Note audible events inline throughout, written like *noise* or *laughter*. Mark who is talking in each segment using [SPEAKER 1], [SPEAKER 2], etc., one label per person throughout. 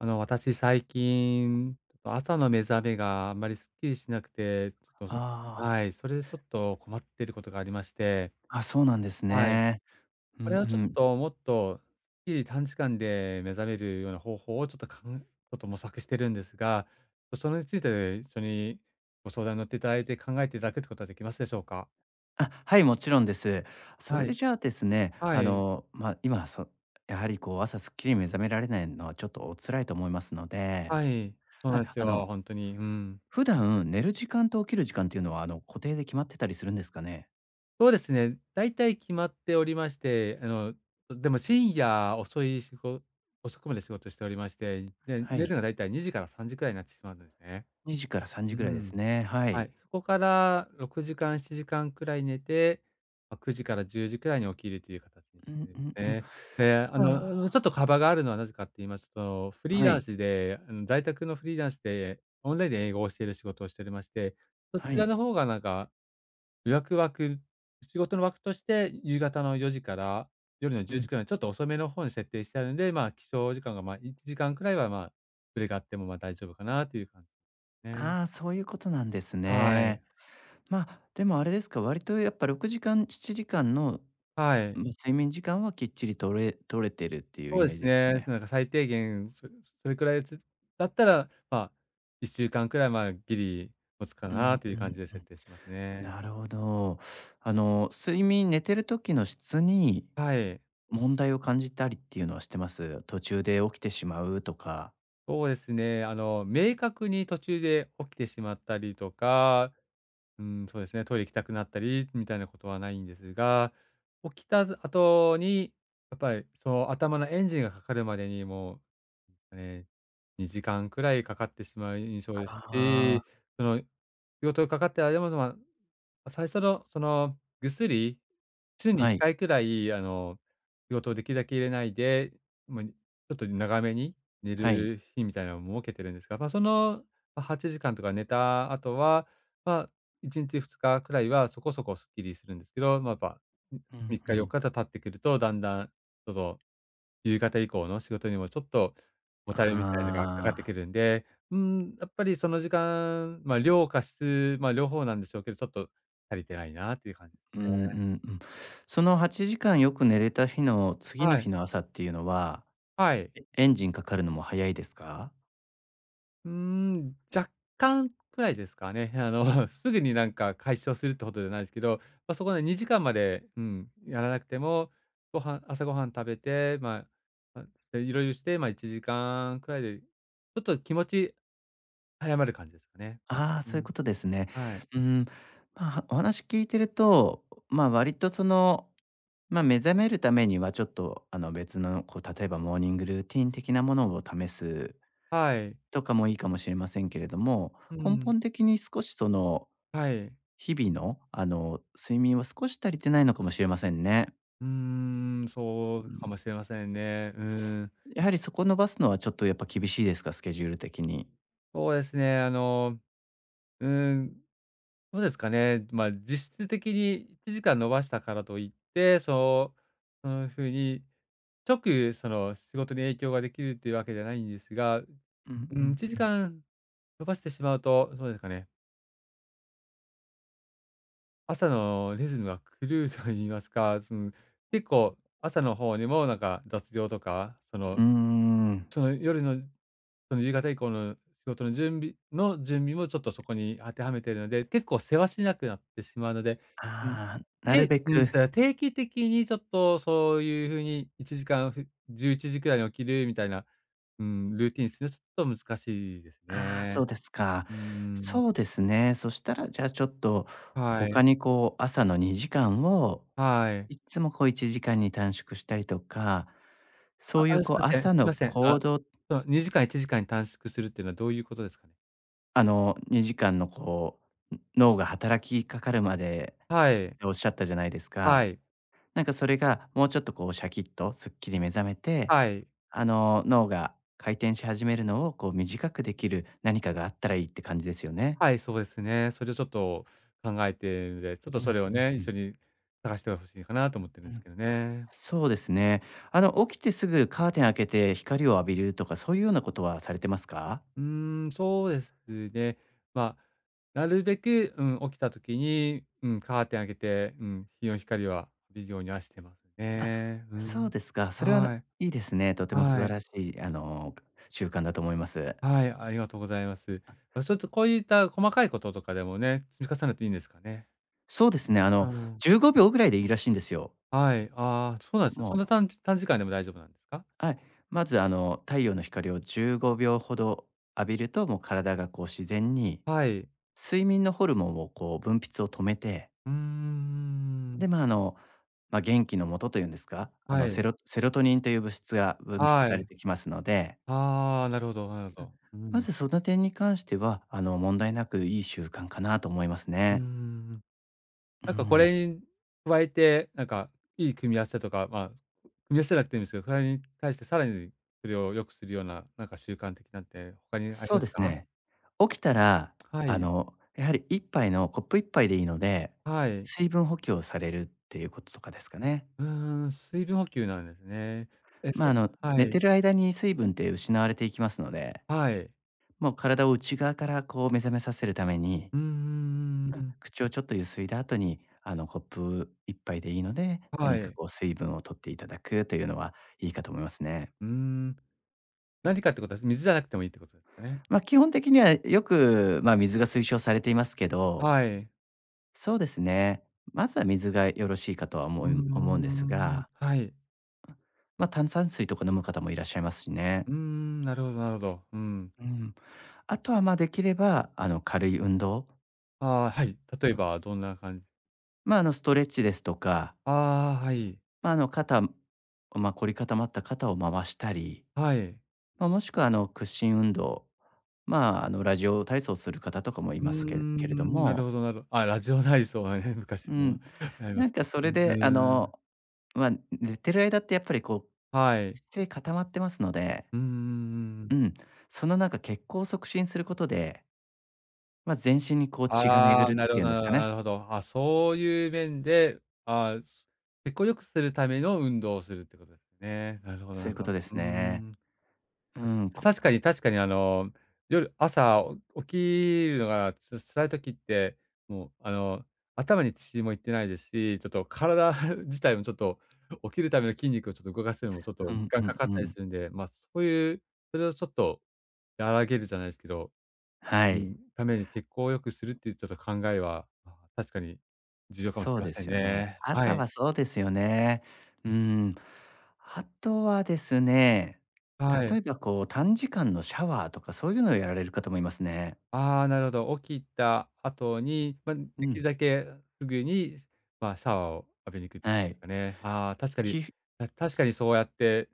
[SPEAKER 1] あの、私最近、ちょっと朝の目覚めがあんまりすっきりしなくて、ちょっと、
[SPEAKER 2] あ
[SPEAKER 1] はい、それでちょっと困っていることがありまして、
[SPEAKER 2] あ、そうなんです
[SPEAKER 1] はい、
[SPEAKER 2] ね。うん
[SPEAKER 1] こ
[SPEAKER 2] う
[SPEAKER 1] れをちょっ
[SPEAKER 2] ん。
[SPEAKER 1] ともっとすっきり短時間で目覚めるような方法をちょっとちょっと模索してるんですが、それについて一緒にご相談に乗っていただいて考えていただくってことはできますでしょうか？
[SPEAKER 2] あ、はい、もちろんです。そ
[SPEAKER 1] は
[SPEAKER 2] れ
[SPEAKER 1] い、
[SPEAKER 2] じゃあですね、
[SPEAKER 1] はい、
[SPEAKER 2] まあ、今、やはりこう朝すっきり目覚められないのはちょっとお辛いと思いますので、
[SPEAKER 1] はい、そう
[SPEAKER 2] は
[SPEAKER 1] なん
[SPEAKER 2] い、
[SPEAKER 1] ですよ、本当に、うん。
[SPEAKER 2] 普段寝る時間と起きる時間っていうのは、固定で決まってたりするんですかね？
[SPEAKER 1] そうですね。大体決まっておりまして、あの、でも深夜遅くまで仕事しておりまして、で、
[SPEAKER 2] は
[SPEAKER 1] 寝る
[SPEAKER 2] い、
[SPEAKER 1] のが大体2時から3時くらいになってしまうんですね。
[SPEAKER 2] 2時から3時
[SPEAKER 1] う
[SPEAKER 2] ぐらいで
[SPEAKER 1] ん。
[SPEAKER 2] すね。は
[SPEAKER 1] は
[SPEAKER 2] い。
[SPEAKER 1] い、そこから6時間、7時間くらい寝て、ま、9時から10時くらいに起きるという形にし
[SPEAKER 2] う
[SPEAKER 1] て
[SPEAKER 2] ん
[SPEAKER 1] る
[SPEAKER 2] う
[SPEAKER 1] んで
[SPEAKER 2] ん
[SPEAKER 1] す
[SPEAKER 2] うん。じ
[SPEAKER 1] ね。で、あ
[SPEAKER 2] ゃ
[SPEAKER 1] の、あのち
[SPEAKER 2] あ、
[SPEAKER 1] ょっと幅があるのはなぜかって言いますと、フリー
[SPEAKER 2] は
[SPEAKER 1] ラ
[SPEAKER 2] い、
[SPEAKER 1] ンスで、あの、在宅のフリーランスで、オンラインで英語を教える仕事をしておりまして、そち
[SPEAKER 2] は
[SPEAKER 1] ら
[SPEAKER 2] い。
[SPEAKER 1] の方がなんかワクワク仕事の枠として、夕方の4時から夜の
[SPEAKER 2] う
[SPEAKER 1] 10
[SPEAKER 2] ん。
[SPEAKER 1] 時くらい、ちょっと遅めの方に設定してあるんで、まあ、起床時間が、ま、1時間くらいは、まあ、ブレがあっても、ま、大丈夫かなという感じですね。
[SPEAKER 2] ああ、そういうことなんです
[SPEAKER 1] はい。
[SPEAKER 2] ね。まあ、でもあれですか、割とやっぱ6時間、7時間の、
[SPEAKER 1] はい。
[SPEAKER 2] ま、睡眠時間はきっちり取れてるっていうイ
[SPEAKER 1] そうで
[SPEAKER 2] メージ
[SPEAKER 1] す
[SPEAKER 2] ですか
[SPEAKER 1] ね。
[SPEAKER 2] ね。
[SPEAKER 1] なんか最低限、それくらいだったら、まあ、1週間くらい、まあ、ギリ持つか
[SPEAKER 2] う
[SPEAKER 1] な
[SPEAKER 2] ん
[SPEAKER 1] とい
[SPEAKER 2] う
[SPEAKER 1] う感
[SPEAKER 2] ん
[SPEAKER 1] じで
[SPEAKER 2] う
[SPEAKER 1] 設
[SPEAKER 2] ん。
[SPEAKER 1] 定してますね。
[SPEAKER 2] なるほど。睡眠、寝てる時の質に
[SPEAKER 1] はい。
[SPEAKER 2] 問題を感じたりっていうのはしてます？途中で起きてしまうとか。
[SPEAKER 1] そうですね。あの、明確に途中で起きてしまったりとか、うん、そうですね、トイレ行きたくなったりみたいなことはないんですが、起きた後に、やっぱりその頭のエンジンがかかるまでにもう、ね、2時間くらいかかってしまう印象です
[SPEAKER 2] あ
[SPEAKER 1] し、
[SPEAKER 2] あ、
[SPEAKER 1] その仕事がかかってあれも、まあ、最初のそのぐっすり、週に1
[SPEAKER 2] はい、
[SPEAKER 1] 回くらい、あの、仕事をできるだけ入れないで、もうちょっと長めに寝
[SPEAKER 2] はい。
[SPEAKER 1] る日みたいなのも設けてるんですが、まあ、その、ま、8時間とか寝た後は、まあ、1日2日くらいはそこそこすっきりするんですけど、まあ、やっぱ、
[SPEAKER 2] うん
[SPEAKER 1] 3
[SPEAKER 2] う
[SPEAKER 1] 日4
[SPEAKER 2] ん。
[SPEAKER 1] 日と経ってくると、だんだん、ちょっと夕方以降の仕事にもちょっともたれみたいのがかかって
[SPEAKER 2] あ
[SPEAKER 1] く
[SPEAKER 2] あ、
[SPEAKER 1] るんで、うーん、やっぱりその時間、まあ、量か質、まあ、両方なんでしょうけど、ちょっと足りてないなっていう感じ。
[SPEAKER 2] うんうんうん。その8時間よく寝れた日の次の
[SPEAKER 1] は
[SPEAKER 2] 日
[SPEAKER 1] い、
[SPEAKER 2] の朝っていうのは、
[SPEAKER 1] はい。
[SPEAKER 2] エンジンかかるのも早いですか？
[SPEAKER 1] うーん、若干くらいですかね。*laughs* あの、*laughs* すぐになんか解消するってことじゃないですけど、まあ、そこで2時間まで、うん、やらなくても、朝ごはん食べて、まあ、ま、いろいろして、ま、1時間くらいで、ちょっと気持ち早まる感じですかね。
[SPEAKER 2] ああ、
[SPEAKER 1] う
[SPEAKER 2] そういう
[SPEAKER 1] ん、
[SPEAKER 2] ことですね。
[SPEAKER 1] はい、
[SPEAKER 2] うん、まあ、お話聞いてると、まあ、割とその、まあ、目覚めるためにはちょっと、別の、こう、例えばモーニングルーティン的なものを試す
[SPEAKER 1] はい。
[SPEAKER 2] とかもいいかもしれませんけれども、
[SPEAKER 1] う
[SPEAKER 2] 根
[SPEAKER 1] ん、
[SPEAKER 2] 本的に少しその、
[SPEAKER 1] はい。
[SPEAKER 2] 日々の、睡眠は少し足りてないのかもしれませんね。
[SPEAKER 1] うーん、そ
[SPEAKER 2] う
[SPEAKER 1] うかも
[SPEAKER 2] ん、
[SPEAKER 1] しれませんね。うん、
[SPEAKER 2] やはりそこ伸ばすのはちょっとやっぱ厳しいですか？スケジュール的に。
[SPEAKER 1] そうですね、あの、うん、どうですかね、まあ、実質的に1時間伸ばしたからといって、そう、そのふうに、直その仕事に影響ができるっていうわけじゃないんですが、
[SPEAKER 2] うん
[SPEAKER 1] う
[SPEAKER 2] う
[SPEAKER 1] ん、
[SPEAKER 2] ん
[SPEAKER 1] 1
[SPEAKER 2] うん。
[SPEAKER 1] 時間伸ばしてしまうと、そうですかね、朝のリズムが狂うと言いますか、その、結構朝の方にもなんか雑用とか、その
[SPEAKER 2] うーん。
[SPEAKER 1] その夜の、その夕方以降の仕事の準備もちょっとそこに当てはめているので、結構せわしなくなってしまうので、うん。
[SPEAKER 2] ああ、なる
[SPEAKER 1] で、
[SPEAKER 2] べ
[SPEAKER 1] うん、
[SPEAKER 2] く。
[SPEAKER 1] 定期的にちょっとそういう風に1時間11時くらいに起きるみたいな、うん、ルーティンするのちょっと難しいです
[SPEAKER 2] ああ、
[SPEAKER 1] ね。
[SPEAKER 2] そうですか。
[SPEAKER 1] うーん。
[SPEAKER 2] そうですね。そしたら、じゃあ、ちょっと
[SPEAKER 1] はい。
[SPEAKER 2] 他にこう、朝の2時間を、
[SPEAKER 1] はい。
[SPEAKER 2] いつもこう1時間に短縮したりとか、そ
[SPEAKER 1] あ、
[SPEAKER 2] ういう
[SPEAKER 1] あ、す
[SPEAKER 2] こ
[SPEAKER 1] い
[SPEAKER 2] う、
[SPEAKER 1] ません、
[SPEAKER 2] 朝
[SPEAKER 1] すい
[SPEAKER 2] の
[SPEAKER 1] ません。
[SPEAKER 2] 行
[SPEAKER 1] あ、
[SPEAKER 2] 動。
[SPEAKER 1] その2時間1時間に短縮するっていうのはどういうことですかね？
[SPEAKER 2] 2時間のこう、脳が働きかかるまで
[SPEAKER 1] は
[SPEAKER 2] っ
[SPEAKER 1] い。
[SPEAKER 2] ておっしゃったじゃないです
[SPEAKER 1] は
[SPEAKER 2] か。
[SPEAKER 1] い。
[SPEAKER 2] なんかそれがもうちょっとこう、シャキッとすっきり目覚めて、
[SPEAKER 1] はい。
[SPEAKER 2] 脳が回転し始めるのをこう、短くできる何かがあったらいいって感じですよね。
[SPEAKER 1] はい、そうですね。それをちょっと考えているので、ちょっ
[SPEAKER 2] う
[SPEAKER 1] と
[SPEAKER 2] ん、
[SPEAKER 1] それを
[SPEAKER 2] うん
[SPEAKER 1] ね、
[SPEAKER 2] う
[SPEAKER 1] 一
[SPEAKER 2] ん、
[SPEAKER 1] 緒に探してほしいかなと思ってる
[SPEAKER 2] う
[SPEAKER 1] んです
[SPEAKER 2] ん。
[SPEAKER 1] けどね。
[SPEAKER 2] そうですね。起きてすぐカーテン開けて光を浴びるとか、そういうようなことはされてますか？
[SPEAKER 1] うーん、そうですね。まあ、なるべく、うん、起きた時に、うん、カーテン開けて、うん、日の光は浴びるようにはしてます
[SPEAKER 2] あ、
[SPEAKER 1] ね。う
[SPEAKER 2] そう
[SPEAKER 1] ん。
[SPEAKER 2] ですか。それは、
[SPEAKER 1] はい。
[SPEAKER 2] いいですね。とても素
[SPEAKER 1] は
[SPEAKER 2] 晴
[SPEAKER 1] い。
[SPEAKER 2] らしい、習慣だと思います。
[SPEAKER 1] はい、ありがとうございます。ま、ちょっとこういった細かいこととかでもね、積み重ねていいんですかね？
[SPEAKER 2] そうですね。
[SPEAKER 1] うん。
[SPEAKER 2] 15秒ぐらいでいいらしいんですよ。
[SPEAKER 1] はい。ああ、そうなんですね。
[SPEAKER 2] も
[SPEAKER 1] そんな
[SPEAKER 2] う、
[SPEAKER 1] 短時間でも大丈夫なんですか？
[SPEAKER 2] はい。まず、太陽の光を15秒ほど浴びると、もう体がこう自然に、
[SPEAKER 1] はい。
[SPEAKER 2] 睡眠のホルモンをこう分泌を止めて、
[SPEAKER 1] うーん。
[SPEAKER 2] で、まあ、まあ、元気のもとというんですか、
[SPEAKER 1] はい。
[SPEAKER 2] セロトニンという物質が分泌
[SPEAKER 1] は
[SPEAKER 2] され
[SPEAKER 1] い。
[SPEAKER 2] てきますので、
[SPEAKER 1] ああ、なるほど、なるほど。う
[SPEAKER 2] ま
[SPEAKER 1] ん。
[SPEAKER 2] ずその点に関しては、問題なくいい習慣かなと思います
[SPEAKER 1] うー
[SPEAKER 2] ね。
[SPEAKER 1] ん。
[SPEAKER 2] う
[SPEAKER 1] なんかこ
[SPEAKER 2] ん、
[SPEAKER 1] れに加えて、なんかいい組み合わせとか、まあ、組み合わせじゃなくていいんですけど、それに対してさらにそれを良くするような、なんか習慣的なんて他にあり
[SPEAKER 2] そう
[SPEAKER 1] ま
[SPEAKER 2] で
[SPEAKER 1] す
[SPEAKER 2] す
[SPEAKER 1] か？
[SPEAKER 2] ね。起きたら、
[SPEAKER 1] はい。
[SPEAKER 2] やはり一杯のコップ一杯でいいので、
[SPEAKER 1] はい。
[SPEAKER 2] 水分補給をされるっていうこととかですかね。
[SPEAKER 1] うーん、水分補給なんですね。え、
[SPEAKER 2] まあ、
[SPEAKER 1] そは
[SPEAKER 2] 寝て
[SPEAKER 1] い。
[SPEAKER 2] る間に水分って失われていきますので、
[SPEAKER 1] はい。
[SPEAKER 2] もう体を内側からこう目覚めさせるために
[SPEAKER 1] うんんん。
[SPEAKER 2] 口をちょっとゆすいだ後に、コップ一杯でいいので、
[SPEAKER 1] は
[SPEAKER 2] 何か
[SPEAKER 1] い。
[SPEAKER 2] こう水分を取っていただくというのはいいかと思いますね。
[SPEAKER 1] うーん。何かってことは水じゃなくてもいいってことですかね？
[SPEAKER 2] まあ、基本的にはよく、まあ、水が推奨されていますけど、
[SPEAKER 1] はい。
[SPEAKER 2] そうですね、まずは水がよろしいかとは思
[SPEAKER 1] うー
[SPEAKER 2] う思うんです
[SPEAKER 1] ん、
[SPEAKER 2] が、
[SPEAKER 1] はい。
[SPEAKER 2] まあ、炭酸水とか飲む方もいらっしゃいますしね。
[SPEAKER 1] うーん、なるほど、なるほど。うん。
[SPEAKER 2] うん。あとは、ま、できれば、軽い運動、
[SPEAKER 1] ああ、はい。例えばどんな感じ。
[SPEAKER 2] まあ、ストレッチですとか、
[SPEAKER 1] ああ、はい。
[SPEAKER 2] まあ、まあ、凝り固まった肩を回したり、
[SPEAKER 1] はい。
[SPEAKER 2] まあ、もしくは、屈伸運動、まあ、ラジオ体操する方とかもい
[SPEAKER 1] うー
[SPEAKER 2] ますけけれど
[SPEAKER 1] ん、なる
[SPEAKER 2] も、
[SPEAKER 1] ほどなるあ、ラジオ体操はね、*laughs* 昔
[SPEAKER 2] う
[SPEAKER 1] の
[SPEAKER 2] ん、
[SPEAKER 1] ありま
[SPEAKER 2] なん
[SPEAKER 1] す
[SPEAKER 2] か
[SPEAKER 1] ね。
[SPEAKER 2] それ
[SPEAKER 1] う
[SPEAKER 2] で、
[SPEAKER 1] ーん、
[SPEAKER 2] まあ、寝てる間ってやっぱりこ
[SPEAKER 1] は
[SPEAKER 2] う、
[SPEAKER 1] い。
[SPEAKER 2] 姿勢固まってますので、
[SPEAKER 1] うんん。
[SPEAKER 2] うん、そのなんか血行を促進することで、まあ、全身にこう血が
[SPEAKER 1] ああ、
[SPEAKER 2] 巡るっ
[SPEAKER 1] なる
[SPEAKER 2] て
[SPEAKER 1] ほ
[SPEAKER 2] いうん
[SPEAKER 1] ど、
[SPEAKER 2] で
[SPEAKER 1] な
[SPEAKER 2] す
[SPEAKER 1] るほ
[SPEAKER 2] か
[SPEAKER 1] ど、
[SPEAKER 2] ね。
[SPEAKER 1] なるほど。あ、そういう面で、ああ、血行良くするための運動をするってことですね。なるほど、
[SPEAKER 2] そう
[SPEAKER 1] な
[SPEAKER 2] いう
[SPEAKER 1] る
[SPEAKER 2] こ
[SPEAKER 1] ほ
[SPEAKER 2] と
[SPEAKER 1] ど。
[SPEAKER 2] で
[SPEAKER 1] う
[SPEAKER 2] す
[SPEAKER 1] ー
[SPEAKER 2] ね。
[SPEAKER 1] ん。
[SPEAKER 2] うん、
[SPEAKER 1] 確かに、確かに、あの、朝起きるのがちょっと辛い時って、もう、あの、頭に血もいってないですし、ちょっと体 *laughs* 自体もちょっと起きるための筋肉をちょっと動かすのもちょっと
[SPEAKER 2] う
[SPEAKER 1] 時
[SPEAKER 2] ん
[SPEAKER 1] 間
[SPEAKER 2] う
[SPEAKER 1] か
[SPEAKER 2] ん
[SPEAKER 1] かっ
[SPEAKER 2] う
[SPEAKER 1] たり
[SPEAKER 2] ん。
[SPEAKER 1] するんで、ま、あそういう、それをちょっと和らげるじゃないですけど、
[SPEAKER 2] は
[SPEAKER 1] う
[SPEAKER 2] い。
[SPEAKER 1] ん、ために血行を良くするっていうちょっと考えは、まあ、確かに重要かもし
[SPEAKER 2] そ
[SPEAKER 1] れ
[SPEAKER 2] う
[SPEAKER 1] ま
[SPEAKER 2] で
[SPEAKER 1] せん
[SPEAKER 2] すよね。
[SPEAKER 1] ね。は
[SPEAKER 2] 朝
[SPEAKER 1] い。
[SPEAKER 2] はそうですよね。うん。あとはですね、
[SPEAKER 1] はい。
[SPEAKER 2] 例えばこう短時間のシャワーとかそういうのをやられる方もいますね。
[SPEAKER 1] ああ、なるほど。起きた後に、ま、
[SPEAKER 2] う
[SPEAKER 1] できる
[SPEAKER 2] ん。
[SPEAKER 1] だけすぐに、まあ、シャワーを浴びに行くで
[SPEAKER 2] はい。
[SPEAKER 1] すかね。ああ、確かに、
[SPEAKER 2] きす
[SPEAKER 1] 確かにそうやって、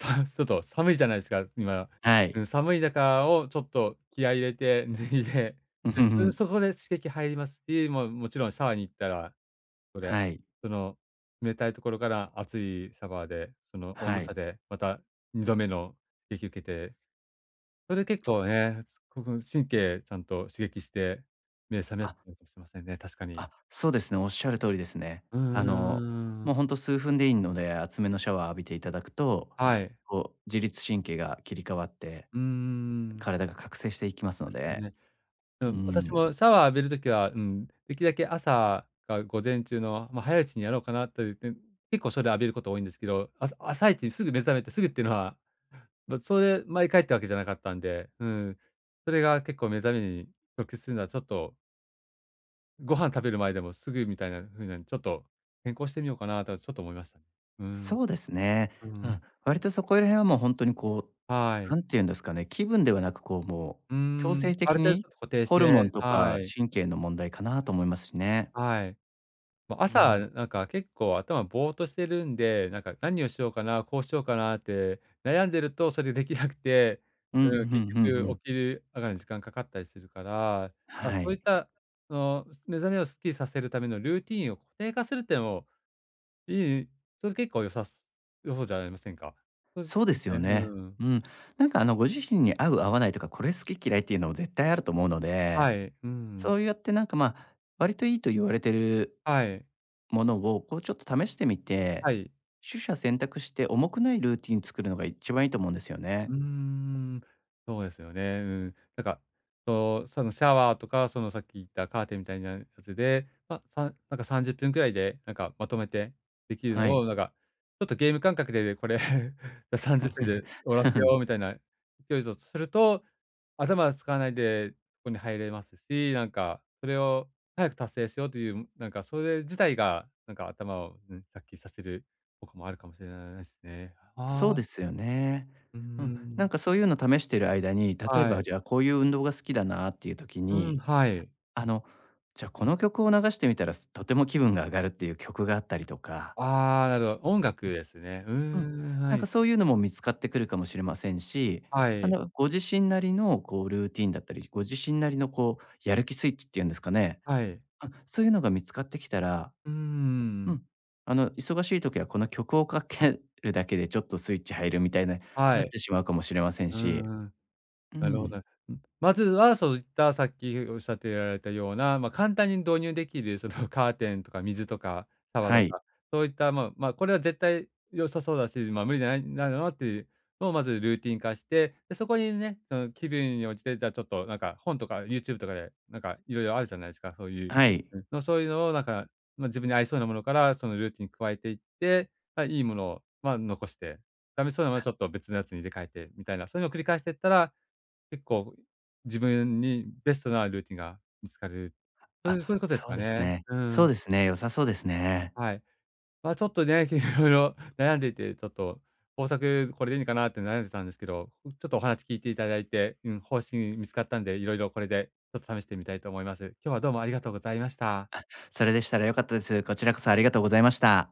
[SPEAKER 1] ちょっと寒いじゃないですか、今。
[SPEAKER 2] は
[SPEAKER 1] う
[SPEAKER 2] い。
[SPEAKER 1] ん、寒い中をちょっと気合い入れて脱いで、
[SPEAKER 2] *laughs* うん、ふ
[SPEAKER 1] で、
[SPEAKER 2] んふん。
[SPEAKER 1] そこで刺激入りますし、もちろんシャワーに行ったら、それ、
[SPEAKER 2] はい。
[SPEAKER 1] その冷たいところから熱いシャワーで、その温度
[SPEAKER 2] はい。
[SPEAKER 1] 差でまた2度目の刺激受けて、それ結
[SPEAKER 2] そう。
[SPEAKER 1] 構ね、ここ神経ちゃんと刺激して、目覚めや
[SPEAKER 2] あ、
[SPEAKER 1] すくなるかもしれませんね、確かに。
[SPEAKER 2] あ、そうですね、おっしゃる通りですね。
[SPEAKER 1] うん、うん、うん、うん。
[SPEAKER 2] もうほんと数分でいいので、熱めのシャワー浴びていただくと、
[SPEAKER 1] はい。
[SPEAKER 2] こう自律神経が切り替わって、
[SPEAKER 1] うん。ん
[SPEAKER 2] 体が覚醒していきますの
[SPEAKER 1] 確かに
[SPEAKER 2] で。
[SPEAKER 1] ね。う
[SPEAKER 2] う
[SPEAKER 1] ん、私
[SPEAKER 2] ん。
[SPEAKER 1] もシャワー浴びるときは、うん、できるだけ朝か午前中の、ま、早いうちにやろうかなというて結構それ浴びること多いんですけど、朝一にすぐ目覚めてすぐっていうのは、ま、それ毎回ってわけじゃなかったんで、うん、それが結構目覚めに直結するのはちょっとご飯食べる前でもすぐみたいな風な、ちょっと変更してみようかなとちょっと思いましたね。うーん、
[SPEAKER 2] そうですね。
[SPEAKER 1] う
[SPEAKER 2] う
[SPEAKER 1] ん、
[SPEAKER 2] ん、割とそこら辺はもう本当にこ
[SPEAKER 1] は
[SPEAKER 2] う、な
[SPEAKER 1] い。
[SPEAKER 2] んて言うんですかね、気分ではなく、こう、もう
[SPEAKER 1] うー
[SPEAKER 2] 強
[SPEAKER 1] ん、
[SPEAKER 2] 制
[SPEAKER 1] あ
[SPEAKER 2] 的
[SPEAKER 1] る程度ち
[SPEAKER 2] に
[SPEAKER 1] ょっと固定し
[SPEAKER 2] ホルモン
[SPEAKER 1] て、
[SPEAKER 2] と
[SPEAKER 1] は
[SPEAKER 2] か
[SPEAKER 1] い、
[SPEAKER 2] 神経の問題かなと思いますしね。
[SPEAKER 1] はい。ま、
[SPEAKER 2] う
[SPEAKER 1] 朝
[SPEAKER 2] ん。
[SPEAKER 1] なんか結構頭ぼーっとしてるんで、なんか何をしようかな、こうしようかなって悩んでるとそれできなくて、
[SPEAKER 2] うん、うんう
[SPEAKER 1] うん、
[SPEAKER 2] ん
[SPEAKER 1] 結
[SPEAKER 2] う
[SPEAKER 1] 局
[SPEAKER 2] ん。
[SPEAKER 1] 起きる上がるのに時間かかったりするから、ま、そ
[SPEAKER 2] は
[SPEAKER 1] うい
[SPEAKER 2] い。
[SPEAKER 1] った、その目覚めをすっきりさせるためのルーティンを固定化するってのもいい、それ結構良さす良そうじゃありませんか。そうです
[SPEAKER 2] そう
[SPEAKER 1] そ
[SPEAKER 2] で
[SPEAKER 1] うです
[SPEAKER 2] すよ
[SPEAKER 1] ね、
[SPEAKER 2] ね。
[SPEAKER 1] うん。
[SPEAKER 2] うん。なんか、ご自身に合う合わないとか、これ好き嫌いっていうのも絶対あると思うので、
[SPEAKER 1] はい、うん。
[SPEAKER 2] そうやってなんか、まあ、割といいと言われてる
[SPEAKER 1] はい、
[SPEAKER 2] ものを、こうちょっと試してみて、
[SPEAKER 1] はい。
[SPEAKER 2] 取捨選択して重くないルーティン作るのが一番いいと思うんですよ
[SPEAKER 1] う
[SPEAKER 2] ね。
[SPEAKER 1] ーん、そうですよね。うん。なんか、そう、そのシャワーとか、そのさっき言ったカーテンみたいなやつで、まあ、さんなんか30分くらいで、なんかまとめてできるの
[SPEAKER 2] はい。
[SPEAKER 1] を、なんか、ちょっとゲーム感覚でこれ *laughs*、じゃ30分で終わらせ
[SPEAKER 2] *laughs*
[SPEAKER 1] ようみたいな勢いだとすると、頭使わないでそこに入れますし、なんか、それを早く達成しようという、なんかそれ自体が、なんか頭を、うん、殺気させる効果もあるかもしれないですね。あ
[SPEAKER 2] そう
[SPEAKER 1] あ、
[SPEAKER 2] ですよね。
[SPEAKER 1] うー
[SPEAKER 2] うん、なん
[SPEAKER 1] ん。
[SPEAKER 2] かそういうの試してる間に、例え
[SPEAKER 1] は
[SPEAKER 2] ば
[SPEAKER 1] い。
[SPEAKER 2] じゃあこういう運動が好きだなっていう時
[SPEAKER 1] うん、
[SPEAKER 2] に、
[SPEAKER 1] はい。
[SPEAKER 2] あの、じゃあこの曲を流してみたら、とても気分が上がるっていう曲があったりとか、
[SPEAKER 1] ああ、なるほど。音楽ですね。うー
[SPEAKER 2] うん、
[SPEAKER 1] ん、
[SPEAKER 2] な
[SPEAKER 1] は
[SPEAKER 2] んか
[SPEAKER 1] い。
[SPEAKER 2] そういうのも見つかってくるかもしれませんし、
[SPEAKER 1] はい。
[SPEAKER 2] ご自身なりのこうルーティンだったり、ご自身なりのこうやる気スイッチっていうんですかね、
[SPEAKER 1] はい。
[SPEAKER 2] あ、そういうのが見つかってきたら。
[SPEAKER 1] うー
[SPEAKER 2] う
[SPEAKER 1] ん。
[SPEAKER 2] ん。忙しい時はこの曲をかけるだけでちょっとスイッチ入るみたいな、
[SPEAKER 1] は
[SPEAKER 2] なっ
[SPEAKER 1] い。
[SPEAKER 2] てしまうかもしれません
[SPEAKER 1] うー
[SPEAKER 2] し。
[SPEAKER 1] ん。
[SPEAKER 2] う
[SPEAKER 1] なるほ
[SPEAKER 2] ん。
[SPEAKER 1] ど。ん、まずはそういった、さっきおっしゃってられたような、まあ、簡単に導入できる、その *laughs*、カーテンとか水とかシャワー
[SPEAKER 2] は
[SPEAKER 1] と
[SPEAKER 2] い。
[SPEAKER 1] か、そういった、まあまあ、これは絶対良さそうだし、まあ、無理じゃないなのなっていうのをまずルーティン化して、で、そこにね、その、気分に応じて、じゃあ、ちょっと、なんか、本とか YouTube とかで、なんか、いろいろあるじゃないですか、そういう。
[SPEAKER 2] はい。
[SPEAKER 1] うん。の、そういうのを、なんか、まあ、自分に合いそうなものから、その、ルーティンに加えていって、まあ、いいものを、まあ、残して、ダメそうなものはちょっと別のやつに入れ替えてみたいな、そういうのを繰り返していったら結構、自分にベストなルーティンが見つかる。そう
[SPEAKER 2] あ、
[SPEAKER 1] いうことです
[SPEAKER 2] そう
[SPEAKER 1] か
[SPEAKER 2] です
[SPEAKER 1] ね。
[SPEAKER 2] ね。
[SPEAKER 1] う
[SPEAKER 2] そう
[SPEAKER 1] ん。
[SPEAKER 2] ですね、良さそうですね。
[SPEAKER 1] はい。まあ、ちょっとね、*laughs* いろいろ悩んでいて、ちょっと方策これでいいのかなって悩んでたんですけど、ちょっとお話聞いていただいて、うん、方針見つかったんで、いろいろこれでちょっと試してみたいと思います。今日はどうもありがとうございました。
[SPEAKER 2] それでしたら良かったです。こちらこそありがとうございました。